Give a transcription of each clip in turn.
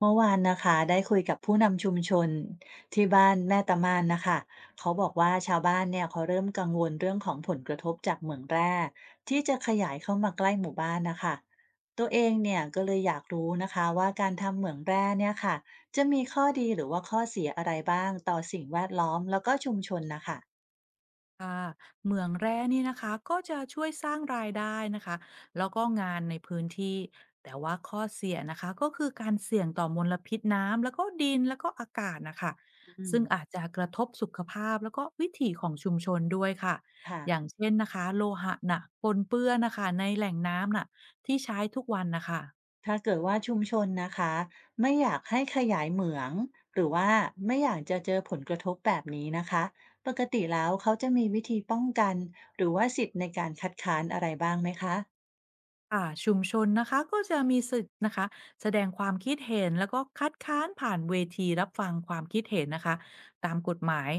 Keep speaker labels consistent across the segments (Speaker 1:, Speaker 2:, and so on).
Speaker 1: เมื่อวานนะคะได้คุยกับผู้นำชุมชนที่บ้านแม่ตะมานนะคะเขาบอกว่าชาวบ้านเนี่ยเขาเริ่มกังวลเรื่องของผลกระทบจากเหมืองแร่ที่จะขยายเข้ามาใกล้หมู่บ้านนะคะตัวเองเนี่ยก็เลยอยากรู้นะคะว่าการทำเหมืองแร่เนี่ยค่ะจะมีข้อดีหรือว่าข้อเสียอะไรบ้างต่อสิ่งแวดล้อมแล้วก็ชุมชนนะคะ
Speaker 2: ค่ะเหมืองแร่นี่นะคะก็จะช่วยสร้างรายได้นะคะแล้วก็งานในพื้นที่แต่ว่าข้อเสียนะคะก็คือการเสี่ยงต่อมลพิษน้ำแล้วก็ดินแล้วก็อากาศนะคะ
Speaker 1: อืม
Speaker 2: ซึ่งอาจจะกระทบสุขภาพแล้วก็วิถีของชุมชนด้วยค่ะอย่าง
Speaker 1: ค่ะ
Speaker 2: เช่นนะคะโลหะหนักปนเปื้อนนะคะในแหล่งน้ำน่ะที่ใช้ทุกวันนะคะ
Speaker 1: ถ้าเกิดว่าชุมชนนะคะไม่อยากให้ขยายเหมืองหรือว่าไม่อยากจะเจอผลกระทบแบบนี้นะคะปกติแล้วเขาจะมีวิธีป้องกันหรือว่าสิทธิ์ในการคัดค้านอะไรบ้างไหมคะ
Speaker 2: ค่ะชุมชนนะคะก็จะมีสิทธิ์นะคะแสดงความคิดเห็นแล้วก็คัดค้านผ่านเวทีรับฟังความคิดเห็นนะคะตามกฎหมาย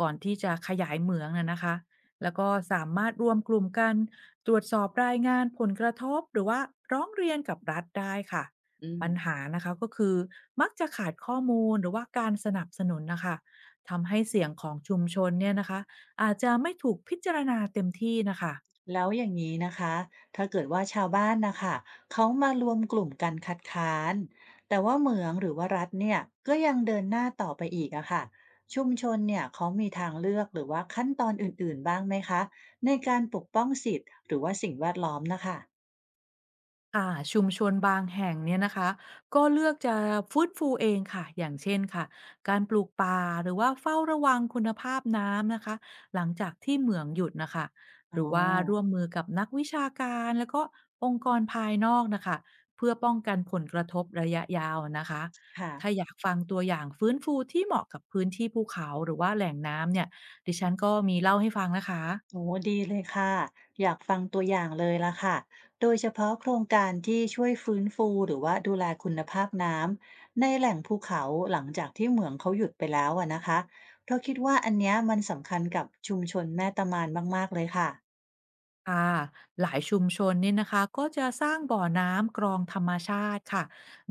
Speaker 2: ก่อนที่จะขยายเหมืองนะคะแล้วก็สามารถรวมกลุ่มกันตรวจสอบรายงานผลกระทบหรือว่าร้องเรียนกับรัฐได้ค่ะ
Speaker 1: อืม
Speaker 2: ปัญหานะคะก็คือมักจะขาดข้อมูลหรือว่าการสนับสนุนนะคะทำให้เสียงของชุมชนเนี่ยนะคะอาจจะไม่ถูกพิจารณาเต็มที่นะคะ
Speaker 1: แล้วอย่างนี้นะคะ ถ้าเกิดว่าชาวบ้านนะคะเขามารวมกลุ่มกันคัดค้าน แต่ว่าเหมืองหรือว่ารัฐเนี่ยก็ยังเดินหน้าต่อไปอีกอะค่ะชุมชนเนี่ยเขามีทางเลือกหรือว่าขั้นตอนอื่นๆบ้างไหมคะในการปกป้องสิทธิ์หรือว่าสิ่งแวดล้อมนะคะ
Speaker 2: ค่ะชุมชนบางแห่งเนี่ยนะคะก็เลือกจะฟื้นฟูเองค่ะอย่างเช่นค่ะการปลูกป่าหรือว่าเฝ้าระวังคุณภาพน้ำนะคะหลังจากที่เหมืองหยุดนะคะห
Speaker 1: อ๋อ
Speaker 2: รือว่าร่วมมือกับนักวิชาการแล้วก็องค์กรภายนอกนะคะเพื่อป้องกันผลกระทบระยะยาวนะคะถ้า
Speaker 1: ค่ะ
Speaker 2: อยากฟังตัวอย่างฟื้นฟูที่เหมาะกับพื้นที่ภูเขาหรือว่าแหล่งน้ำเนี่ยดิฉันก็มีเล่าให้ฟังนะคะ
Speaker 1: โอ้ดีเลยค่ะอยากฟังตัวอย่างเลยละค่ะโดยเฉพาะโครงการที่ช่วยฟื้นฟูหรือว่าดูแลคุณภาพน้ำในแหล่งภูเขาหลังจากที่เหมืองเขาหยุดไปแล้วอะนะคะเพราะคิดว่าอันเนี้ยมันสำคัญกับชุมชนแม่ตะมานมากๆเลยค่ะ
Speaker 2: ค่ะหลายชุมชนเนี่ยนะคะก็จะสร้างบ่อน้ำกรองธรรมชาติค่ะ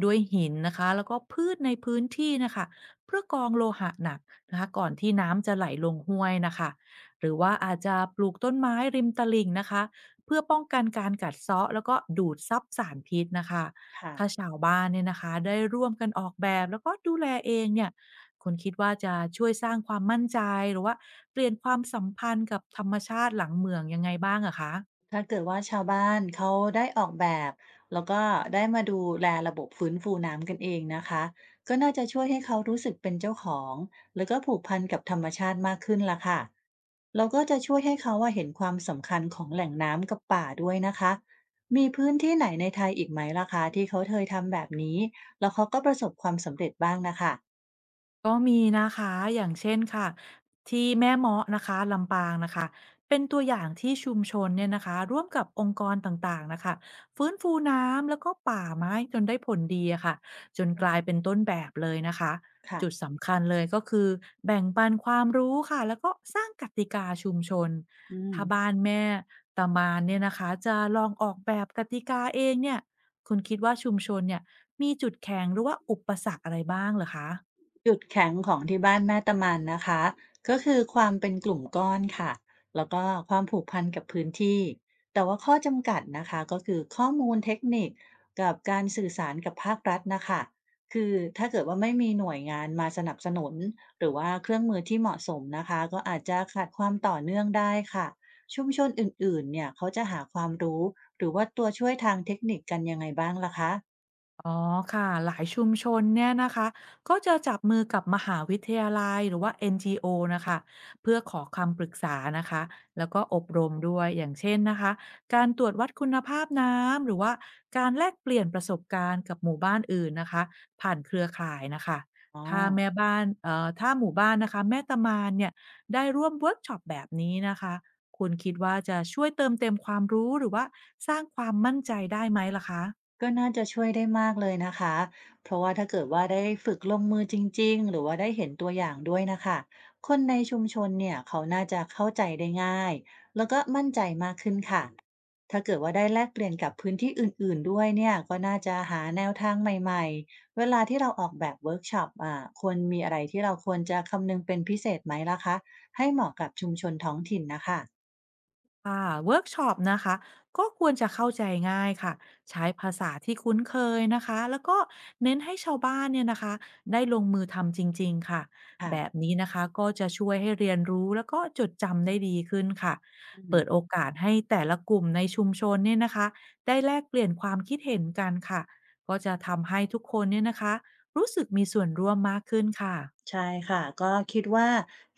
Speaker 2: ด้วยหินนะคะแล้วก็พืชในพื้นที่นะคะเพื่อกรองโลหะหนักนะคะก่อนที่น้ำจะไหลลงห้วยนะคะหรือว่าอาจจะปลูกต้นไม้ริมตลิ่งนะคะเพื่อป้องกันการกัดเซาะแล้วก็ดูดซับสารพิษนะคะถ้า
Speaker 1: ค่ะ
Speaker 2: ชาวบ้านเนี่ยนะคะได้ร่วมกันออกแบบแล้วก็ดูแลเองเนี่ย คุณคิดว่าจะช่วยสร้างความมั่นใจหรือว่าเปลี่ยนความสัมพันธ์กับธรรมชาติหลังเมืองยังไงบ้างอะคะ
Speaker 1: ถ้าเกิดว่าชาวบ้านเขาได้ออกแบบแล้วก็ได้มาดูแลระบบฟื้นฟูน้ำกันเองนะคะก็น่าจะช่วยให้เขารู้สึกเป็นเจ้าของแล้วก็ผูกพันกับธรรมชาติมากขึ้นละค่ะแล้วก็จะช่วยให้เขาว่าเห็นความสำคัญของแหล่งน้ำกับป่าด้วยนะคะมีพื้นที่ไหนในไทยอีกไหมล่ะคะที่เขาเคยทำแบบนี้แล้วเขาก็ประสบความสำเร็จบ้างนะคะ
Speaker 2: ก็มีนะคะอย่างเช่นค่ะที่แม่เมาะนะคะลำปางนะคะเป็นตัวอย่างที่ชุมชนเนี่ยนะคะร่วมกับองค์กรต่างๆนะคะฟื้นฟูน้ำแล้วก็ป่าไม้จนได้ผลดีอะค่ะจนกลายเป็นต้นแบบเลยนะคะ
Speaker 1: ค่ะ
Speaker 2: จุดสำคัญเลยก็คือแบ่งปันความรู้ค่ะแล้วก็สร้างกติกาชุมชน
Speaker 1: อื
Speaker 2: ถ้าบ้า
Speaker 1: ม
Speaker 2: นแม่ตามานเนี่ยนะคะจะลองออกแบบกติกาเองเนี่ยคุณคิดว่าชุมชนเนี่ยมีจุดแข็งหรือว่าอุปสรรคอะไรบ้างเหรอคะ
Speaker 1: จุดแข็งของที่บ้านแม่ตะมันนะคะก็คือความเป็นกลุ่มก้อนค่ะแล้วก็ความผูกพันกับพื้นที่แต่ว่าข้อจำกัดนะคะก็คือข้อมูลเทคนิคกับการสื่อสารกับภาครัฐนะคะคือถ้าเกิดว่าไม่มีหน่วยงานมาสนับสนุนหรือว่าเครื่องมือที่เหมาะสมนะคะก็อาจจะขาดความต่อเนื่องได้ค่ะชุมชนอื่นๆเนี่ยเขาจะหาความรู้หรือว่าตัวช่วยทางเทคนิคกันยังไงบ้างล่ะคะ
Speaker 2: อ๋อค่ะหลายชุมชนเนี่ยนะคะก็จะจับมือกับมหาวิทยาลัยหรือว่า NGO นจีโอนะคะเพื่อขอคำปรึกษานะคะแล้วก็อบรมด้วยอย่างเช่นนะคะการตรวจวัดคุณภาพน้ำหรือว่าการแลกเปลี่ยนประสบการณ์กับหมู่บ้านอื่นนะคะผ่านเครือข่ายนะคะ
Speaker 1: อ๋อ
Speaker 2: ถ้าแม่บ้านเอ่อถ้าหมู่บ้านนะคะแม่ตะมานเนี่ยได้ร่วมเวิร์กช็อปแบบนี้นะคะคุณคิดว่าจะช่วยเติมเต็มความรู้หรือว่าสร้างความมั่นใจได้ไหมล่ะคะ
Speaker 1: ก็น่าจะช่วยได้มากเลยนะคะเพราะว่าถ้าเกิดว่าได้ฝึกลงมือจริงๆหรือว่าได้เห็นตัวอย่างด้วยนะคะคนในชุมชนเนี่ยเขาน่าจะเข้าใจได้ง่าย ถ้าเกิดว่าได้แลกเปลี่ยนกับพื้นที่อื่นๆด้วยเนี่ยก็น่าจะหาแนวทางใหม่ๆเวลาที่เราออกแบบเวิร์กช็อปอ่ะควรมีอะไรที่เราควรจะคำนึงเป็นพิเศษไหมล่ะคะให้เหมาะกับชุมชนท้องถิ่นนะคะ
Speaker 2: ค่ะเวิร์กช็อปนะคะก็ควรจะเข้าใจง่ายค่ะใช้ภาษาที่คุ้นเคยนะคะแล้วก็เน้นให้ชาวบ้านเนี่ยนะคะได้ลงมือทำจริงๆค่ะแบบ
Speaker 1: ค่ะ
Speaker 2: นี้นะคะก็จะช่วยให้เรียนรู้แล้วก็จดจำได้ดีขึ้นค่ะ
Speaker 1: อื
Speaker 2: เปิ
Speaker 1: ม
Speaker 2: ดโอกาสให้แต่ละกลุ่มในชุมชนเนี่ยนะคะได้แลกเปลี่ยนความคิดเห็นกันค่ะก็จะทำให้ทุกคนเนี่ยนะคะรู้สึกมีส่วนร่วมมากขึ้นค่ะ
Speaker 1: ใช่ค่ะก็คิดว่า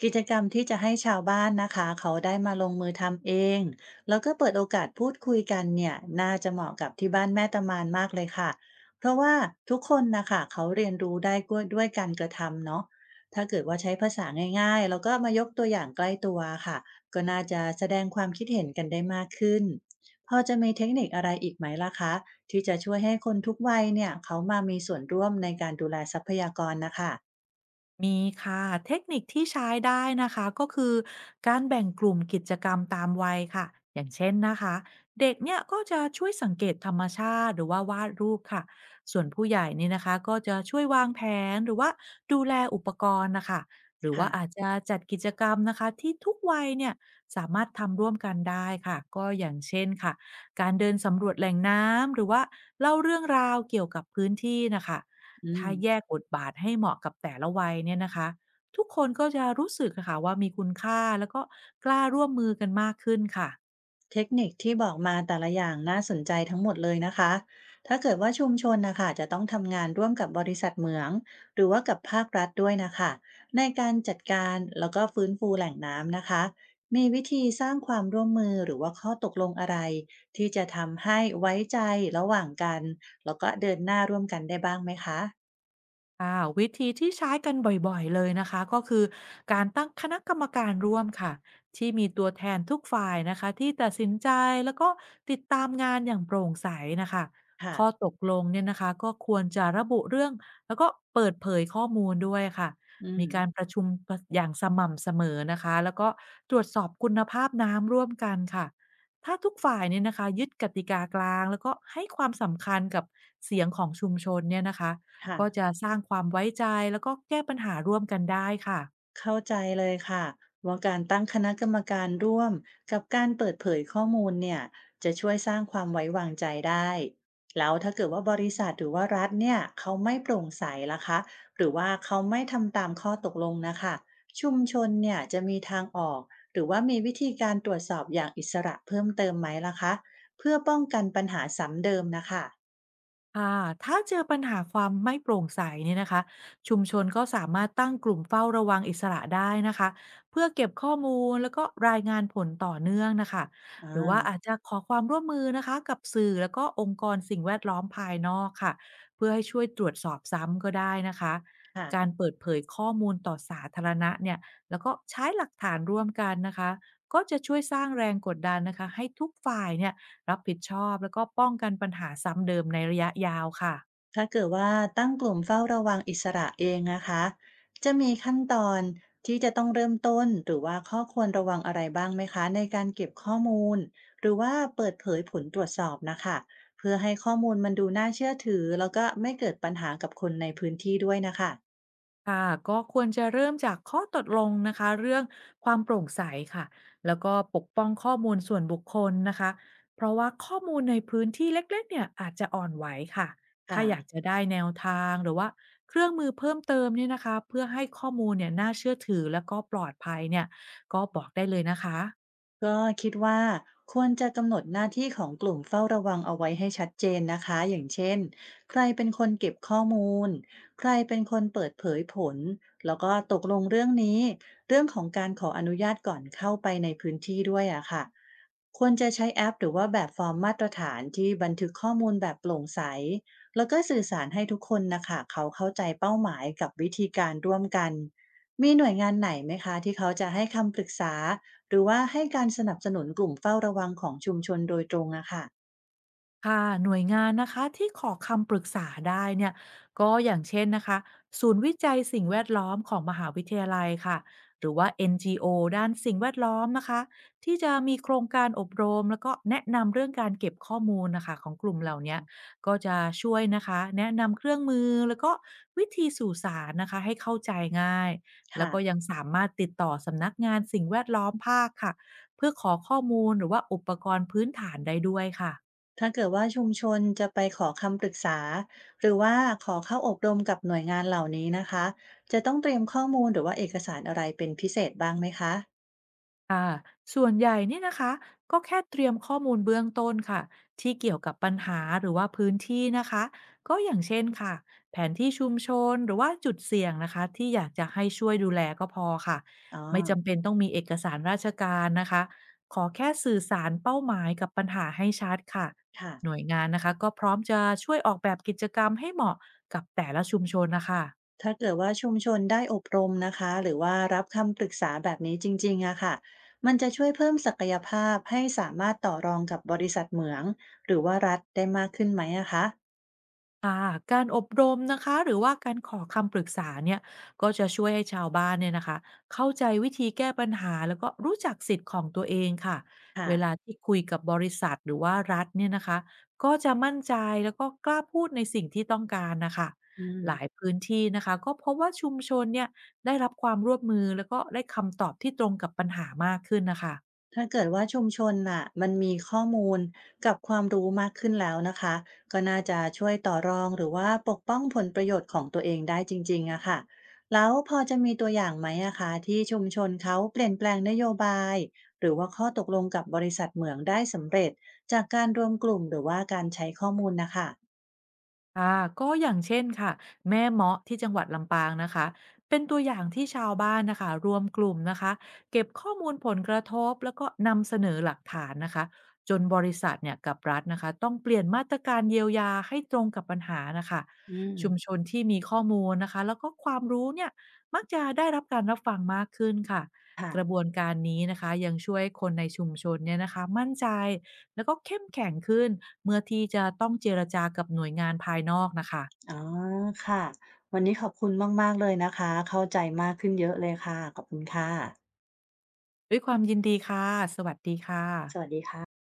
Speaker 1: กิจกรรมที่จะให้ชาวบ้านนะคะเขาได้มาลงมือทำเองแล้วก็เปิดโอกาสพูดคุยกันเนี่ยน่าจะเหมาะกับที่บ้านแม่ตะมานมากเลยค่ะเพราะว่าทุกคนนะคะเขาเรียนรู้ได้ด้วยการกระทำเนาะถ้าเกิดว่าใช้ภาษาง่ายๆแล้วก็มายกตัวอย่างใกล้ตัวค่ะก็น่าจะแสดงความคิดเห็นกันได้มากขึ้นพอจะมีเทคนิคอะไรอีกไหมล่ะคะที่จะช่วยให้คนทุกวัยเนี่ยเขามามีส่วนร่วมในการดูแลทรัพยากรนะคะ
Speaker 2: มีค่ะเทคนิคที่ใช้ได้นะคะก็คือการแบ่งกลุ่มกิจกรรมตามวัยค่ะอย่างเช่นนะคะเด็กเนี่ยก็จะช่วยสังเกตธรรมชาติหรือว่าวาดรูปค่ะส่วนผู้ใหญ่นี่นะคะก็จะช่วยวางแผนหรือว่าดูแลอุปกรณ์นะคะหรือว่า
Speaker 1: ค่ะ
Speaker 2: อาจจะจัดกิจกรรมนะคะที่ทุกวัยเนี่ยสามารถทำร่วมกันได้ค่ะก็อย่างเช่นค่ะการเดินสำรวจแหล่งน้ำหรือว่าเล่าเรื่องราวเกี่ยวกับพื้นที่นะคะ
Speaker 1: อื
Speaker 2: ถ้า
Speaker 1: ม
Speaker 2: แยกบทบาทให้เหมาะกับแต่ละวัยเนี่ยนะคะทุกคนก็จะรู้สึกอะค่ะว่ามีคุณค่าแล้วก็กล้าร่วมมือกันมากขึ้นค่ะ
Speaker 1: เทคนิคที่บอกมาแต่ละอย่างน่าสนใจทั้งหมดเลยนะคะ ถ้าเกิดว่าชุมชนนะคะจะต้องทำงานร่วมกับบริษัทเหมืองหรือว่ากับภาครัฐด้วยนะคะในการจัดการแล้วก็ฟื้นฟูแหล่งน้ำนะคะมีวิธีสร้างความร่วมมือหรือว่าข้อตกลงอะไรที่จะทำให้ไว้ใจระหว่างกันแล้วก็เดินหน้าร่วมกันได้บ้างไหมคะ
Speaker 2: ค่ะวิธีที่ใช้กันบ่อยๆเลยนะคะก็คือการตั้งคณะกรรมการร่วมค่ะที่มีตัวแทนทุกฝ่ายนะคะที่ตัดสินใจแล้วก็ติดตามงานอย่างโปร่งใสนะคะข้อ
Speaker 1: ค่ะ
Speaker 2: ตกลงเนี่ยนะคะก็ควรจะระบุเรื่องแล้วก็เปิดเผยข้อมูลด้วยค่ะ
Speaker 1: อื
Speaker 2: มีการป
Speaker 1: ม
Speaker 2: ระชุมอย่างสม่ำเสมอนะคะแล้วก็ตรวจสอบคุณภาพน้ำร่วมกันค่ะถ้าทุกฝ่ายเนี่ยนะคะยึดกติกากลางแล้วก็ให้ความสำคัญกับเสียงของชุมชนเนี่ยนะคะ ก็
Speaker 1: ค่ะ
Speaker 2: จะสร้างความไว้ใจแล้วก็แก้ปัญหาร่วมกันได้ค่ะ
Speaker 1: เข้าใจเลยค่ะว่าการตั้งคณะกรรมการร่วมกับการเปิดเผยข้อมูลเนี่ยจะช่วยสร้างความไว้วางใจได้แล้วถ้าเกิดว่าบริษัทหรือว่ารัฐเนี่ยเขาไม่โปร่งใสล่ะคะหรือว่าเขาไม่ทำตามข้อตกลงนะคะชุมชนเนี่ยจะมีทางออกหรือว่ามีวิธีการตรวจสอบอย่างอิสระเพิ่มเติมไหมล่ะคะเพื่อป้องกันปัญหาซ้ำเดิมนะคะ
Speaker 2: ค่ะถ้าเจอปัญหาความไม่โปร่งใสเนี่ยนะคะชุมชนก็สามารถตั้งกลุ่มเฝ้าระวังอิสระได้นะคะเพื่อเก็บข้อมูลแล้วก็รายงานผลต่อเนื่องนะคะ
Speaker 1: อ่
Speaker 2: หรือว่าอาจ
Speaker 1: า
Speaker 2: จะขอความร่วมมือนะคะกับสื่อแล้วก็องค์กรสิ่งแวดล้อมภายนอกค่ะเพื่อให้ช่วยตรวจสอบซ้ำก็ได้นะคะ
Speaker 1: ค่ะ
Speaker 2: การเปิดเผยข้อมูลต่อสาธารณะเนี่ยแล้วก็ใช้หลักฐานร่วมกันนะคะก็จะช่วยสร้างแรงกดดันนะคะให้ทุกฝ่ายเนี่ย รับผิดชอบแล้วก็ป้องกันปัญหาซ้ำเดิมในระยะยาวค่ะ
Speaker 1: ถ้าเกิดว่าตั้งกลุ่มเฝ้าระวังอิสระเองนะคะจะมีขั้นตอนที่จะต้องเริ่มต้นหรือว่าข้อควรระวังอะไรบ้างไหมคะในการเก็บข้อมูลหรือว่าเปิดเผยผลตรวจสอบนะคะเพื่อให้ข้อมูลมันดูน่าเชื่อถือแล้วก็ไม่เกิดปัญหากับคนในพื้นที่ด้วยนะคะ
Speaker 2: ค่ะก็ควรจะเริ่มจากข้อตกลงนะคะเรื่องความโปร่งใสค่ะแล้วก็ปกป้องข้อมูลส่วนบุคคลนะคะเพราะว่าข้อมูลในพื้นที่เล็กๆเนี่ยอาจจะอ่อนไหวค่ะถ้า
Speaker 1: ค่ะ
Speaker 2: อยากจะได้แนวทางหรือว่าเครื่องมือเพิ่มเติมเนี่ยนะคะเพื่อให้ข้อมูลเนี่ยน่าเชื่อถือแล้วก็ปลอดภัยเนี่ยก็บอกได้เลยนะคะ
Speaker 1: ก็คิดว่าควรจะกำหนดหน้าที่ของกลุ่มเฝ้าระวังเอาไว้ให้ชัดเจนนะคะอย่างเช่นใครเป็นคนเก็บข้อมูลใครเป็นคนเปิดเผยผลแล้วก็ตกลงเรื่องนี้เรื่องของการขออนุญาตก่อนเข้าไปในพื้นที่ด้วยอะค่ะควรจะใช้แอปหรือว่าแบบฟอร์มมาตรฐานที่บันทึกข้อมูลแบบโปร่งใสแล้วก็สื่อสารให้ทุกคนนะคะเขาเข้าใจเป้าหมายกับวิธีการร่วมกันมีหน่วยงานไหนไหมคะที่เขาจะให้คำปรึกษา หรือว่าให้การสนับสนุนกลุ่มเฝ้าระวังของชุมชนโดยตรงอะค่ะ
Speaker 2: ค่ะหน่วยงานนะคะที่ขอคำปรึกษาได้เนี่ยก็อย่างเช่นนะคะศูนย์วิจัยสิ่งแวดล้อมของมหาวิทยาลัยค่ะหรือว่า NGO ด้านสิ่งแวดล้อมนะคะที่จะมีโครงการอบรมแล้วก็แนะนำเรื่องการเก็บข้อมูลนะคะของกลุ่มเหล่าเนี้ยก็จะช่วยนะคะแนะนำเครื่องมือแล้วก็วิธีสื่อสารนะคะให้เข้าใจง่ายแล้ว
Speaker 1: ค่ะ
Speaker 2: ก็ยังสามารถติดต่อสำนักงานสิ่งแวดล้อมภาคค่ะเพื่อขอข้อมูลหรือว่าอุปกรณ์พื้นฐานได้ด้วยค่ะ
Speaker 1: ถ้าเกิดว่าชุมชนจะไปขอคำปรึกษาหรือว่าขอเข้าอบรมกับหน่วยงานเหล่านี้นะคะจะต้องเตรียมข้อมูลหรือว่าเอกสารอะไรเป็นพิเศษบ้างไหมคะ
Speaker 2: ค่ะส่วนใหญ่เนี่ยนะคะก็แค่เตรียมข้อมูลเบื้องต้นค่ะที่เกี่ยวกับปัญหาหรือว่าพื้นที่นะคะก็อย่างเช่นค่ะแผนที่ชุมชนหรือว่าจุดเสี่ยงนะคะที่อยากจะให้ช่วยดูแลก็พอค่ะ
Speaker 1: อ๋อ
Speaker 2: ไม่จำเป็นต้องมีเอกสารราชการนะคะขอแค่สื่อสารเป้าหมายกับปัญหาให้ชัดค่ะ
Speaker 1: ค่ะ
Speaker 2: หน่วยงานนะคะก็พร้อมจะช่วยออกแบบกิจกรรมให้เหมาะกับแต่ละชุมชนนะคะ
Speaker 1: ถ้าเกิดว่าชุมชนได้อบรมนะคะหรือว่ารับคำปรึกษาแบบนี้จริงๆอะค่ะมันจะช่วยเพิ่มศักยภาพให้สามารถต่อรองกับบริษัทเหมืองหรือว่ารัฐได้มากขึ้นไหมอะคะ
Speaker 2: ค่ะการอบรมนะคะหรือว่าการขอคำปรึกษาเนี่ยก็จะช่วยให้ชาวบ้านเนี่ยนะคะเข้าใจวิธีแก้ปัญหาแล้วก็รู้จักสิทธิ์ของตัวเองค่ะเวลา
Speaker 1: ค่ะ
Speaker 2: ที่คุยกับบริษัทหรือว่ารัฐเนี่ยนะคะก็จะมั่นใจแล้วก็กล้าพูดในสิ่งที่ต้องการนะคะ
Speaker 1: อืม
Speaker 2: หลายพื้นที่นะคะก็พบว่าชุมชนเนี่ยได้รับความร่วมมือแล้วก็ได้คำตอบที่ตรงกับปัญหามากขึ้นนะคะ
Speaker 1: ถ้าเกิดว่าชุมชนน่ะมันมีข้อมูลกับความรู้มากขึ้นแล้วนะคะก็น่าจะช่วยต่อรองหรือว่าปกป้องผลประโยชน์ของตัวเองได้จริงๆอะค่ะแล้วพอจะมีตัวอย่างไหมอะคะที่ชุมชนเขาเปลี่ยนแปลงนโยบายหรือว่าข้อตกลงกับบริษัทเหมืองได้สำเร็จจากการรวมกลุ่มหรือว่าการใช้ข้อมูลนะคะ
Speaker 2: ค่ะก็อย่างเช่นค่ะแม่เมาะที่จังหวัดลำปางนะคะเป็นตัวอย่างที่ชาวบ้านนะคะรวมกลุ่มนะคะเก็บข้อมูลผลกระทบแล้วก็นำเสนอหลักฐานนะคะจนบริษัทเนี่ยกับรัฐนะคะต้องเปลี่ยนมาตรการเยียวยาให้ตรงกับปัญหานะคะ
Speaker 1: อื
Speaker 2: ชุมช
Speaker 1: ม
Speaker 2: นที่มีข้อมูลนะคะแล้วก็ความรู้เนี่ยมักจะได้รับการรับฟังมากขึ้นค่ะกระบ
Speaker 1: ค่ะ
Speaker 2: วนการนี้นะคะยังช่วยคนในชุมชนเนี่ยนะคะมั่นใจ แล้วก็เข้มแข็งขึ้นเมื่อที่จะต้องเจรจากับหน่วยงานภายนอกนะคะ
Speaker 1: อ๋อค่ะวันนี้ขอบคุณมากๆเลยนะคะเข้าใจมากขึ้นเยอะเลยค่ะขอบคุณค่ะ
Speaker 2: ด้วยความยินดีค่ะสวัสดีค่ะ